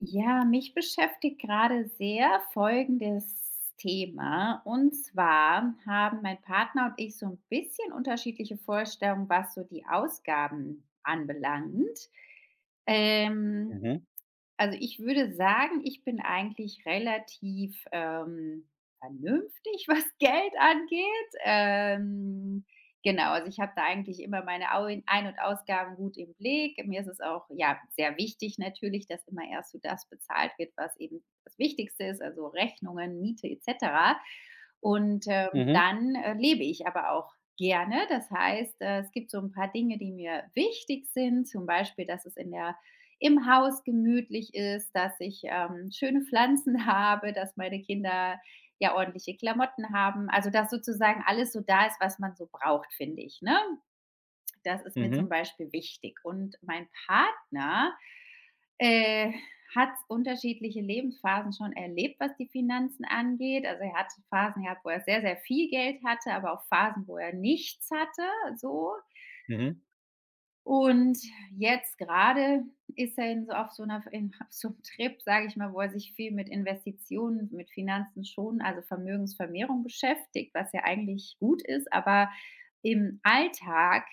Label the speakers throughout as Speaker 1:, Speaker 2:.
Speaker 1: Ja, mich beschäftigt gerade sehr folgendes Thema. Und zwar haben mein Partner und ich so ein bisschen unterschiedliche Vorstellungen, was so die Ausgaben anbelangt. Ähm,
Speaker 2: Mhm,
Speaker 1: also, ich würde sagen, ich bin eigentlich relativ, vernünftig, was Geld angeht. Genau, also ich habe da eigentlich immer meine Au Ein- und Ausgaben gut im Blick. Mir ist es auch, ja, sehr wichtig natürlich, dass immer erst so das bezahlt wird, was eben das Wichtigste ist, also Rechnungen, Miete et cetera. Und,
Speaker 2: mhm,
Speaker 1: dann, lebe ich aber auch gerne. Das heißt, es gibt so ein paar Dinge, die mir wichtig sind, zum Beispiel, dass es in der im Haus gemütlich ist, dass ich, schöne Pflanzen habe, dass meine Kinder, ja, ordentliche Klamotten haben. Also, dass sozusagen alles so da ist, was man so braucht, finde ich, ne? Das ist mir zum
Speaker 2: mhm,
Speaker 1: Beispiel wichtig. Und mein Partner, äh, hat unterschiedliche Lebensphasen schon erlebt, was die Finanzen angeht. Also, er hat Phasen gehabt, wo er sehr, sehr viel Geld hatte, aber auch Phasen, wo er nichts hatte, so.
Speaker 2: mhm,
Speaker 1: Und jetzt gerade ist er in so auf so 'ner in auf so 'm Trip, sage ich mal, wo er sich viel mit Investitionen, mit Finanzen schon, also Vermögensvermehrung beschäftigt, was ja eigentlich gut ist, aber im Alltag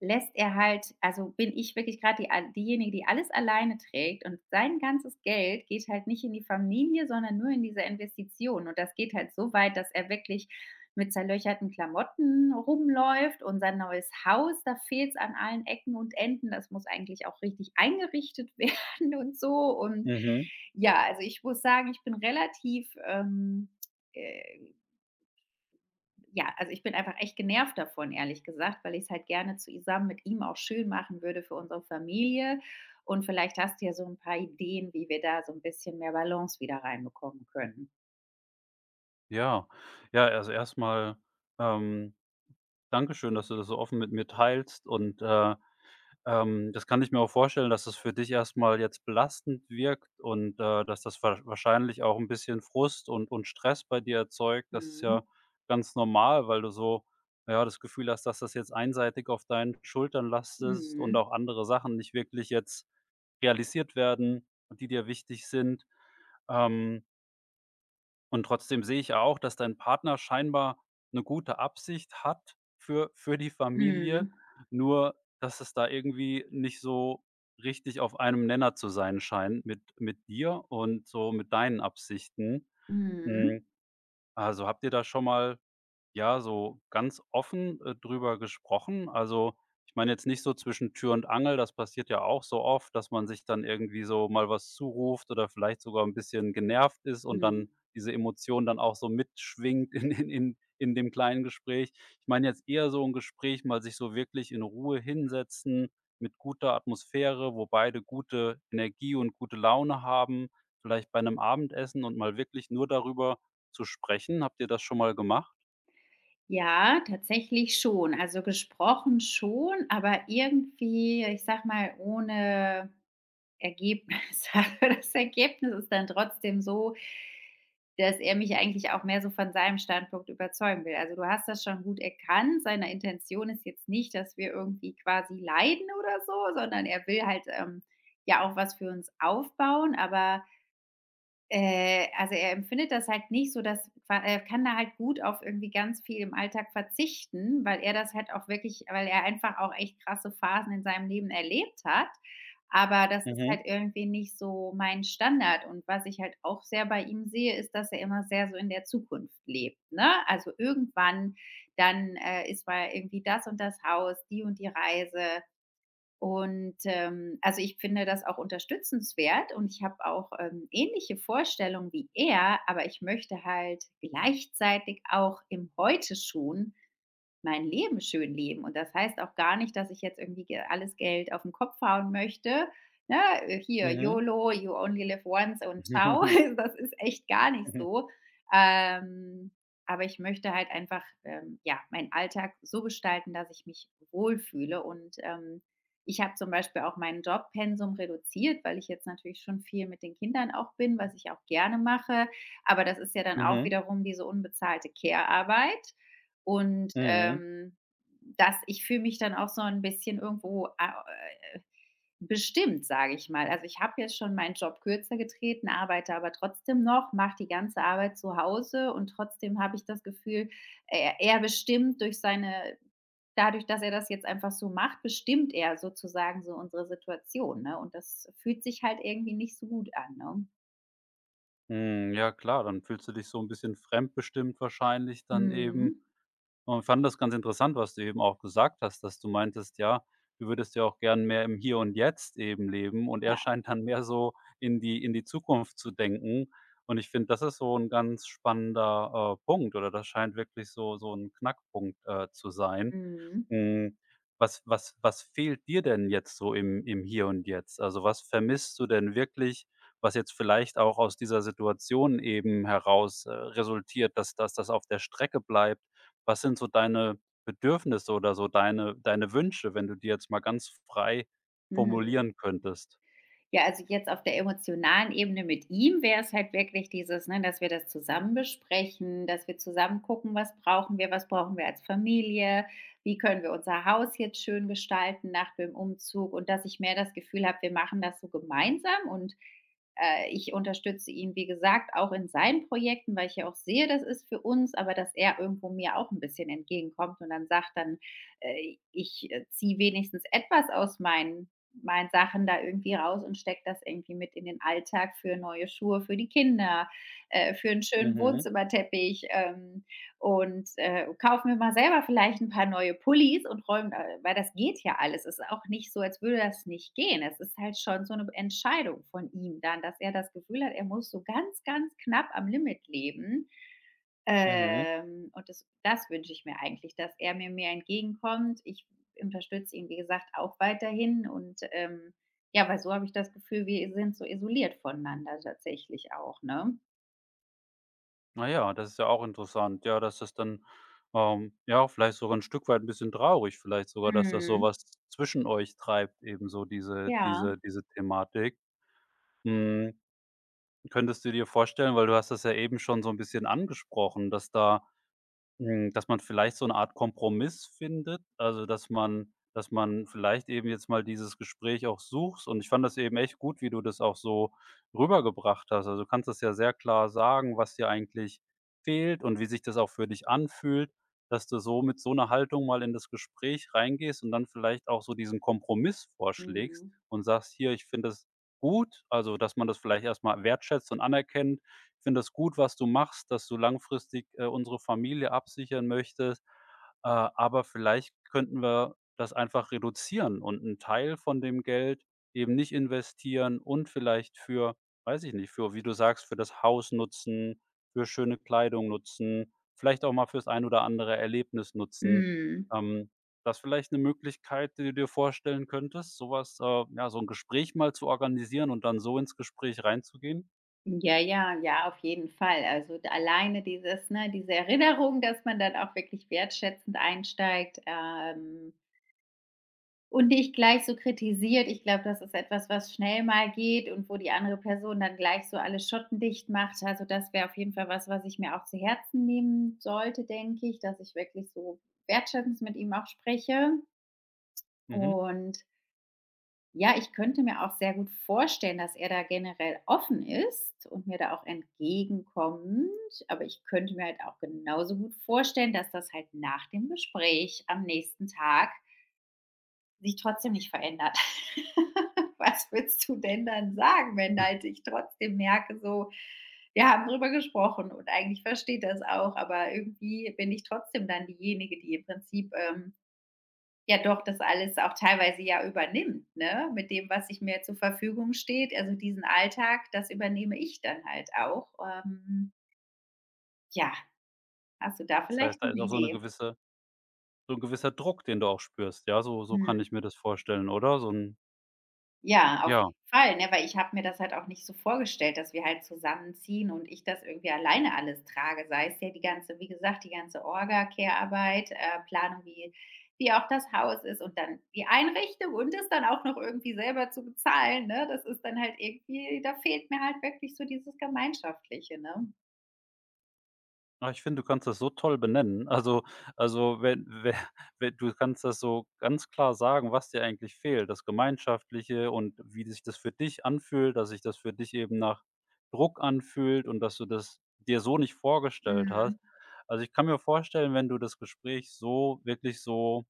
Speaker 1: Lässt er halt also bin ich wirklich gerade diejenige, die alles alleine trägt, und sein ganzes Geld geht halt nicht in die Familie, sondern nur in diese Investition. Und das geht halt so weit, dass er wirklich mit zerlöcherten Klamotten rumläuft, und sein neues Haus, da fehlt es an allen Ecken und Enden. Das muss eigentlich auch richtig eingerichtet werden und so. Und
Speaker 2: mhm.
Speaker 1: ja, also ich muss sagen, ich bin relativ, äh ja, also ich bin einfach echt genervt davon, ehrlich gesagt, weil ich es halt gerne zusammen mit ihm auch schön machen würde für unsere Familie. Und vielleicht hast du ja so ein paar Ideen, wie wir da so ein bisschen mehr Balance wieder reinbekommen können.
Speaker 2: Ja. Ja, also erstmal, ähm, danke schön, dass du das so offen mit mir teilst und das kann ich mir auch vorstellen, dass es für dich erstmal jetzt belastend wirkt und dass das wa wahrscheinlich auch ein bisschen Frust und Stress bei dir erzeugt. Das ist
Speaker 1: Mhm.
Speaker 2: ja ganz normal, weil du so, ja, das Gefühl hast, dass das jetzt einseitig auf deinen Schultern lastest und
Speaker 1: Mhm.
Speaker 2: auch andere Sachen nicht wirklich jetzt realisiert werden, die dir wichtig sind. Ähm Und trotzdem sehe ich ja auch, dass dein Partner scheinbar eine gute Absicht hat für die Familie,
Speaker 1: Mhm.
Speaker 2: nur dass es da irgendwie nicht so richtig auf einem Nenner zu sein scheint mit dir und so mit deinen Absichten.
Speaker 1: Mhm.
Speaker 2: Hm, also, habt ihr da schon mal ja, so ganz offen, drüber gesprochen. Also, ich meine jetzt nicht so zwischen Tür und Angel, das passiert ja auch so oft, dass man sich dann irgendwie so mal was zuruft oder vielleicht sogar ein bisschen genervt ist und
Speaker 1: Mhm.
Speaker 2: dann diese Emotion dann auch so mitschwingt in dem kleinen Gespräch. Ich meine jetzt eher so ein Gespräch, mal sich so wirklich in Ruhe hinsetzen mit guter Atmosphäre, wo beide gute Energie und gute Laune haben, vielleicht bei einem Abendessen und mal wirklich nur darüber zu sprechen. Habt ihr das schon mal gemacht?
Speaker 1: Ja, tatsächlich schon. Also, gesprochen schon, aber irgendwie, ich sag mal, ohne Ergebnis hat. Aber das Ergebnis ist dann trotzdem so, dass er mich eigentlich auch mehr so von seinem Standpunkt überzeugen will. Also, du hast das schon gut erkannt. Seine Intention ist jetzt nicht, dass wir irgendwie quasi leiden oder so, sondern er will halt, ja auch was für uns aufbauen, aber also, er empfindet das halt nicht so, dass qua er kann da halt gut auf irgendwie ganz viel im Alltag verzichten, weil er einfach auch echt krasse Phasen in seinem Leben erlebt hat. Aber das ist
Speaker 2: Mhm,
Speaker 1: halt irgendwie nicht so mein Standard. Und was ich halt auch sehr bei ihm sehe, ist, dass er immer sehr so in der Zukunft lebt, ne? Also, irgendwann dann, ist mal irgendwie das und das Haus, die und die Reise, und, also, ich finde das auch unterstützenswert und ich habe auch, ähnliche Vorstellungen wie er, aber ich möchte halt gleichzeitig auch im Heute schon mein Leben schön leben. Und das heißt auch gar nicht, dass ich jetzt irgendwie ge alles Geld auf den Kopf hauen möchte, ne? Hier
Speaker 2: mhm.
Speaker 1: YOLO, you only live once und ciao. Das ist echt gar nicht
Speaker 2: Mhm,
Speaker 1: so. Ähm, aber ich möchte halt einfach, ja, meinen Alltag so gestalten, dass ich mich wohlfühle. Und, ich habe zum Beispiel auch mein Jobpensum reduziert, weil ich jetzt natürlich schon viel mit den Kindern auch bin, was ich auch gerne mache. Aber das ist ja dann auch
Speaker 2: mhm,
Speaker 1: wiederum diese unbezahlte Care-Arbeit. Und,
Speaker 2: mhm.
Speaker 1: dass ich fühle mich dann auch so ein bisschen irgendwo a äh, bestimmt, sage ich mal. Also, ich habe jetzt schon meinen Job kürzer getreten, arbeite aber trotzdem noch, mache die ganze Arbeit zu Hause und trotzdem habe ich das Gefühl, er bestimmt durch seine dadurch, dass er das jetzt einfach so macht, bestimmt er sozusagen so unsere Situation, ne? Und das fühlt sich halt irgendwie nicht so gut an, ne?
Speaker 2: Hm, ja klar, dann fühlst du dich so ein bisschen fremdbestimmt wahrscheinlich dann eben.
Speaker 1: Mhm.
Speaker 2: Und fand das ganz interessant, was du eben auch gesagt hast, dass du meintest, ja, du würdest ja auch gern mehr im Hier und Jetzt eben leben und er
Speaker 1: Ja.
Speaker 2: scheint dann mehr so in die Zukunft zu denken. Und ich finde, das ist so ein ganz spannender, Punkt oder das scheint wirklich so so ein Knackpunkt, zu sein.
Speaker 1: Mhm.
Speaker 2: Hm, was fehlt dir denn jetzt so im Hier und Jetzt? Also, was vermisst du denn wirklich, was jetzt vielleicht auch aus dieser Situation eben heraus, resultiert, dass das auf der Strecke bleibt? Was sind so deine Bedürfnisse oder so deine Wünsche, wenn du die jetzt mal ganz frei
Speaker 1: Mhm.
Speaker 2: formulieren könntest?
Speaker 1: Ja, also jetzt auf der emotionalen Ebene mit ihm wäre es halt wirklich dieses, ne, dass wir das zusammen besprechen, dass wir zusammen gucken, was brauchen wir als Familie, wie können wir unser Haus jetzt schön gestalten nach dem Umzug, und dass ich mehr das Gefühl habe, wir machen das so gemeinsam, und ich unterstütze ihn, wie gesagt, auch in seinen Projekten, weil ich ja auch sehe, das ist für uns, aber dass er irgendwo mir auch ein bisschen entgegenkommt und dann sagt dann, ich ziehe wenigstens etwas aus meinen meint Sachen da irgendwie raus und steckt das irgendwie mit in den Alltag für neue Schuhe für die Kinder, für einen schönen
Speaker 2: Mhm,
Speaker 1: Wohnzimmerteppich, und, kaufe mir mal selber vielleicht ein paar neue Pullis und räume weil das geht ja alles. Es ist auch nicht so, als würde das nicht gehen. Es ist halt schon so eine Entscheidung von ihm dann, dass er das Gefühl hat, er muss so ganz, ganz knapp am Limit leben.
Speaker 2: mhm.
Speaker 1: Und das wünsche ich mir eigentlich, dass er mir mehr entgegenkommt. Ich unterstütze ihn, wie gesagt, auch weiterhin. Und ja, weil so habe ich das Gefühl, wir sind so isoliert voneinander tatsächlich auch, ne?
Speaker 2: Na ja, das ist ja auch interessant. Ja, dass das dann, ja, vielleicht sogar ein Stück weit ein bisschen traurig vielleicht sogar, dass das so
Speaker 1: Mhm.
Speaker 2: was zwischen euch treibt, eben so diese
Speaker 1: Ja.
Speaker 2: diese diese Thematik. Hm, könntest du dir vorstellen weil du hast das ja eben schon so ein bisschen angesprochen, dass da Hm, dass man vielleicht so 'ne Art Kompromiss findet, also, dass man vielleicht eben jetzt mal dieses Gespräch auch sucht und ich fand das eben echt gut, wie du das auch so rübergebracht hast. Also, du kannst das ja sehr klar sagen, was dir eigentlich fehlt und wie sich das auch für dich anfühlt, dass du so mit so 'ner Haltung mal in das Gespräch reingehst und dann vielleicht auch so diesen Kompromiss vorschlägst
Speaker 1: Mhm.
Speaker 2: und sagst: „Hier, ich finde das gut“, also, dass man das vielleicht erst mal wertschätzt und anerkennt finde das gut, was du machst, dass du langfristig, unsere Familie absichern möchtest, aber vielleicht könnten wir das einfach reduzieren und einen Teil von dem Geld eben nicht investieren und vielleicht für weiß ich nicht, für wie du sagst, für das Haus nutzen, für schöne Kleidung nutzen, vielleicht auch mal fürs ein oder andere Erlebnis nutzen.
Speaker 1: Mhm.
Speaker 2: Ähm, das vielleicht eine Möglichkeit, die du dir vorstellen könntest, so was ja, so ein Gespräch mal zu organisieren und dann so ins Gespräch reinzugehen?
Speaker 1: Ja, ja, ja, auf jeden Fall. Also d- alleine dieses, ne, diese Erinnerung, dass man dann auch wirklich wertschätzend einsteigt, und nicht gleich so kritisiert. Ich glaube, das ist etwas, was schnell mal geht und wo die andere Person dann gleich so alle Schotten dicht macht. Also, das wäre auf jeden Fall was, was ich mir auch zu Herzen nehmen sollte, denke ich, dass ich wirklich so wertschätzend mit ihm auch spreche.
Speaker 2: Mhm.
Speaker 1: Und ja, ich könnte mir auch sehr gut vorstellen, dass er da generell offen ist und mir da auch entgegenkommt. Aber ich könnte mir halt auch genauso gut vorstellen, dass das halt nach dem Gespräch am nächsten Tag sich trotzdem nicht verändert. Was würdest du denn dann sagen, wenn halt ich trotzdem merke, so, wir haben drüber gesprochen und eigentlich versteht das auch, aber irgendwie bin ich trotzdem dann diejenige, die im Prinzip ja doch das alles auch teilweise ja übernimmt, ne? Mit dem, was ich mir zur Verfügung steht, also diesen Alltag, das übernehme ich dann halt auch. Ähm, ja, hast du da
Speaker 2: Das heißt,
Speaker 1: vielleicht
Speaker 2: da
Speaker 1: noch
Speaker 2: ist
Speaker 1: eine
Speaker 2: auch so eine
Speaker 1: Idee?
Speaker 2: gewisse so 'n gewisser Druck, den du auch spürst, ja? So so
Speaker 1: Hm.
Speaker 2: kann ich mir das vorstellen, oder? So 'n
Speaker 1: Ja, auf
Speaker 2: ja.
Speaker 1: jeden Fall, ne, weil ich habe mir das halt auch nicht so vorgestellt, dass wir halt zusammenziehen und ich das irgendwie alleine alles trage, sei es ja die ganze wie gesagt, die ganze Orga, Care-Arbeit, Planung, wie auch das Haus ist und dann die Einrichtung und es dann auch noch irgendwie selber zu bezahlen, ne? Das ist dann halt irgendwie, da fehlt mir halt wirklich so dieses Gemeinschaftliche, ne?
Speaker 2: Ah, ich finde, du kannst das so toll benennen. Also, wenn we we du kannst das so ganz klar sagen, was dir eigentlich fehlt, das Gemeinschaftliche und wie sich das für dich anfühlt, dass sich das für dich eben nach Druck anfühlt und dass du das dir so nicht vorgestellt hast.
Speaker 1: Mhm.
Speaker 2: Also, ich kann mir vorstellen, wenn du das Gespräch so wirklich so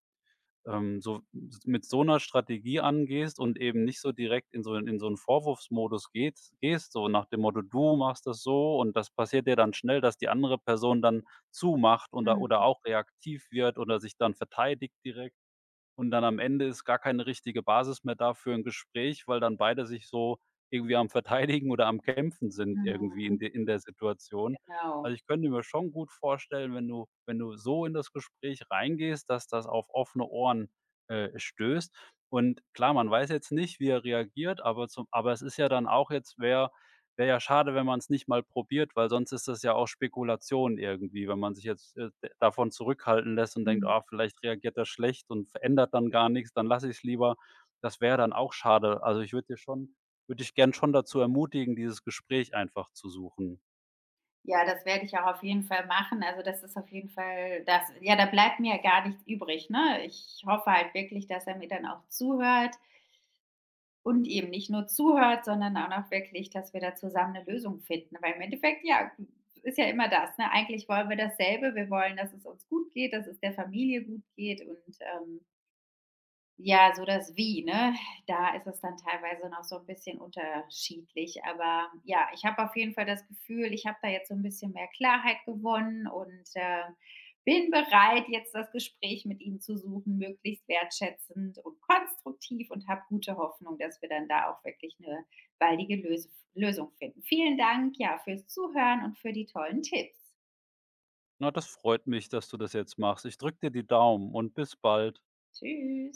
Speaker 2: so mit so einer Strategie angehst und eben nicht so direkt in so einen Vorwurfsmodus geht gehst, so nach dem Motto: „Du machst das so“ und das passiert dir dann schnell, dass die andere Person dann zumacht und da oder
Speaker 1: Mhm.
Speaker 2: auch reaktiv wird oder sich dann verteidigt direkt. Und dann am Ende ist gar keine richtige Basis mehr da für 'n Gespräch, weil dann beide sich so irgendwie am Verteidigen oder am Kämpfen sind irgendwie in
Speaker 1: Mhm.
Speaker 2: de in der Situation. Also,
Speaker 1: Genau.
Speaker 2: ich könnte mir schon gut vorstellen, wenn du so in das Gespräch reingehst, dass das auf offene Ohren, stößt. Und klar, man weiß jetzt nicht, wie er reagiert, aber zum aber es ist ja dann auch jetzt, Wäre ja schade, wenn man es nicht mal probiert, weil sonst ist das ja auch Spekulation irgendwie, wenn man sich jetzt, d davon zurückhalten lässt und denkt:
Speaker 1: Mhm.
Speaker 2: „Ah, vielleicht reagiert er schlecht und verändert dann gar nichts, dann lasse ich es lieber.“ Das wäre dann auch schade. Also, ich würde dir schon würde dich gern schon dazu ermutigen, dieses Gespräch einfach zu suchen.
Speaker 1: Ja, das werde ich auch auf jeden Fall machen. Also, das ist auf jeden Fall das, ja, da bleibt mir ja gar nichts übrig, ne? Ich hoffe halt wirklich, dass er mir dann auch zuhört und eben nicht nur zuhört, sondern auch noch wirklich, dass wir da zusammen eine Lösung finden, weil im Endeffekt, ja, ist ja immer das, ne? Eigentlich wollen wir dasselbe. Wir wollen, dass es uns gut geht, dass es der Familie gut geht, und, ja, so das Wie, ne? Da ist es dann teilweise noch so ein bisschen unterschiedlich. Aber ja, ich habe auf jeden Fall das Gefühl, ich habe da jetzt so ein bisschen mehr Klarheit gewonnen und, bin bereit, jetzt das Gespräch mit ihm zu suchen, möglichst wertschätzend und konstruktiv, und habe gute Hoffnung, dass wir dann da auch wirklich eine baldige Lösung finden. Vielen Dank, ja, fürs Zuhören und für die tollen Tipps.
Speaker 2: Na, das freut mich, dass du das jetzt machst. Ich drücke dir die Daumen und bis bald.
Speaker 1: Tschüss.